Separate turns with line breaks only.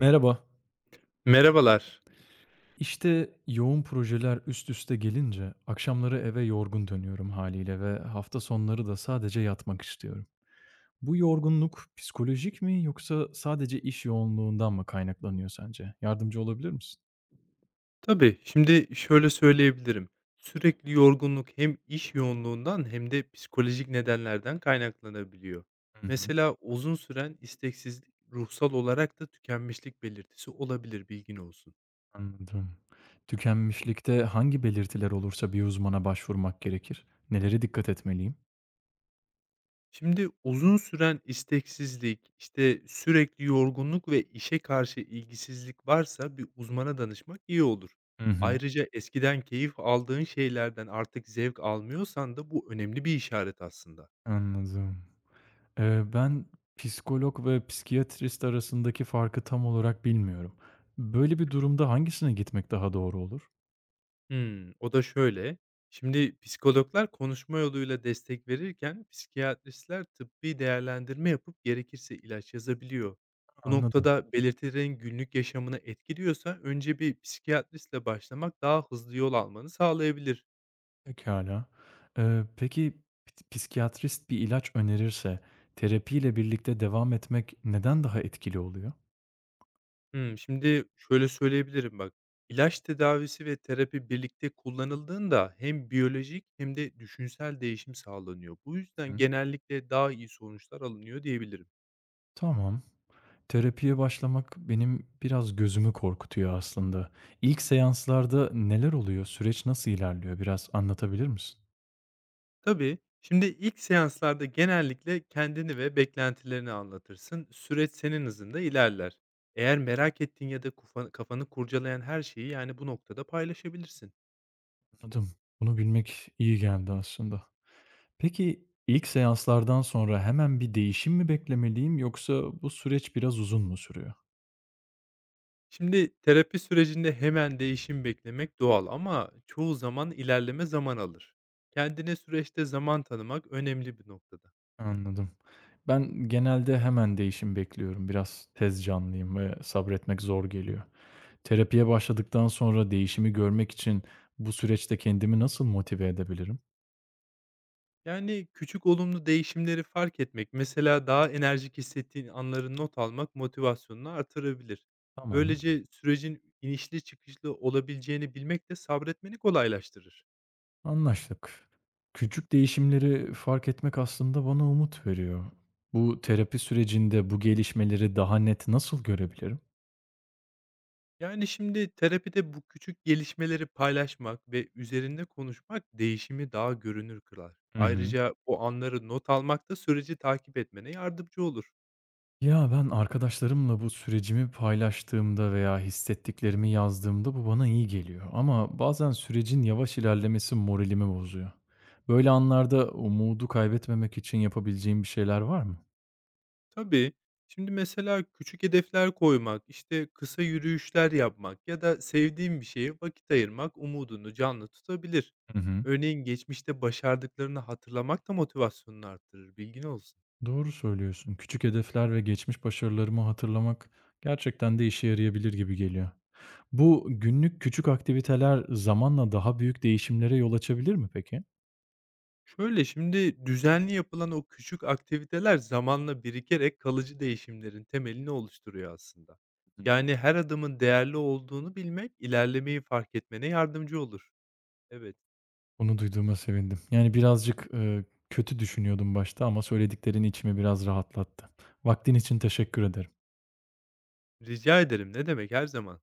Merhaba.
Merhabalar.
İşte yoğun projeler üst üste gelince akşamları eve yorgun dönüyorum haliyle ve hafta sonları da sadece yatmak istiyorum. Bu yorgunluk psikolojik mi yoksa sadece iş yoğunluğundan mı kaynaklanıyor sence? Yardımcı olabilir misin?
Tabii, şimdi şöyle söyleyebilirim. Sürekli yorgunluk hem iş yoğunluğundan hem de psikolojik nedenlerden kaynaklanabiliyor.
Hı hı.
Mesela uzun süren isteksizlik ruhsal olarak da tükenmişlik belirtisi olabilir, bilgin olsun.
Anladım. Tükenmişlikte hangi belirtiler olursa bir uzmana başvurmak gerekir? Nelere dikkat etmeliyim?
Şimdi uzun süren isteksizlik, işte, sürekli yorgunluk ve işe karşı ilgisizlik varsa bir uzmana danışmak iyi olur.
Hı hı.
Ayrıca eskiden keyif aldığın şeylerden artık zevk almıyorsan da bu önemli bir işaret aslında.
Anladım. Ben psikolog ve psikiyatrist arasındaki farkı tam olarak bilmiyorum. Böyle bir durumda hangisine gitmek daha doğru olur?
Hımm, o da şöyle: şimdi psikologlar konuşma yoluyla destek verirken psikiyatristler tıbbi değerlendirme yapıp gerekirse ilaç yazabiliyor. Bu
Anladım.
noktada belirtilerin günlük yaşamını etkiliyorsa önce bir psikiyatristle başlamak daha hızlı yol almanı sağlayabilir.
Pekala. Peki, psikiyatrist bir ilaç önerirse terapiyle birlikte devam etmek neden daha etkili oluyor?
Hımm, şimdi şöyle söyleyebilirim bak: İlaç tedavisi ve terapi birlikte kullanıldığında hem biyolojik hem de düşünsel değişim sağlanıyor. Bu yüzden
Hı.
genellikle daha iyi sonuçlar alınıyor diyebilirim.
Tamam. Terapiye başlamak benim biraz gözümü korkutuyor aslında. İlk seanslarda neler oluyor? Süreç nasıl ilerliyor? Biraz anlatabilir misin?
Tabii. Şimdi ilk seanslarda genellikle kendini ve beklentilerini anlatırsın. Süreç senin hızında ilerler. Eğer merak ettiğin ya da kafanı kurcalayan her şeyi yani bu noktada paylaşabilirsin.
Anladım. Bunu bilmek iyi geldi aslında. Peki, ilk seanslardan sonra hemen bir değişim mi beklemeliyim yoksa bu süreç biraz uzun mu sürüyor?
Şimdi terapi sürecinde hemen değişim beklemek doğal ama çoğu zaman ilerleme zaman alır. Kendine süreçte zaman tanımak önemli bir noktada.
Anladım. Ben genelde hemen değişim bekliyorum. Biraz tez canlıyım ve sabretmek zor geliyor. Terapiye başladıktan sonra değişimi görmek için bu süreçte kendimi nasıl motive edebilirim?
Yani, küçük olumlu değişimleri fark etmek, mesela daha enerjik hissettiğin anları not almak motivasyonunu artırabilir.
Tamam,
Böylece sürecin inişli çıkışlı olabileceğini bilmek de sabretmeni kolaylaştırır.
anlaştık. Küçük değişimleri fark etmek aslında bana umut veriyor. Bu terapi sürecinde bu gelişmeleri daha net nasıl görebilirim?
Yani, şimdi terapide bu küçük gelişmeleri paylaşmak ve üzerinde konuşmak değişimi daha görünür kılar.
Hı hı.
Ayrıca bu anları not almak da süreci takip etmene yardımcı olur.
Ya, ben arkadaşlarımla bu sürecimi paylaştığımda veya hissettiklerimi yazdığımda bu bana iyi geliyor ama bazen sürecin yavaş ilerlemesi moralimi bozuyor. Böyle anlarda umudu kaybetmemek için yapabileceğim bir şeyler var mı?
Tabii. Şimdi mesela küçük hedefler koymak, işte kısa yürüyüşler yapmak ya da sevdiğin bir şeye vakit ayırmak umudunu canlı tutabilir.
Hı hı.
Örneğin geçmişte başardıklarını hatırlamak da motivasyonunu arttırır, bilgin olsun.
Doğru söylüyorsun. Küçük hedefler ve geçmiş başarılarımı hatırlamak gerçekten de işe yarayabilir gibi geliyor. Bu günlük küçük aktiviteler zamanla daha büyük değişimlere yol açabilir mi peki?
Şöyle şimdi düzenli yapılan o küçük aktiviteler zamanla birikerek kalıcı değişimlerin temelini oluşturuyor aslında. Yani her adımın değerli olduğunu bilmek ilerlemeyi fark etmene yardımcı olur. Evet,
Onu duyduğuma sevindim. Yani birazcık, kötü düşünüyordum başta ama söylediklerin içimi biraz rahatlattı. Vaktin için teşekkür ederim.
rica ederim. Ne demek, her zaman.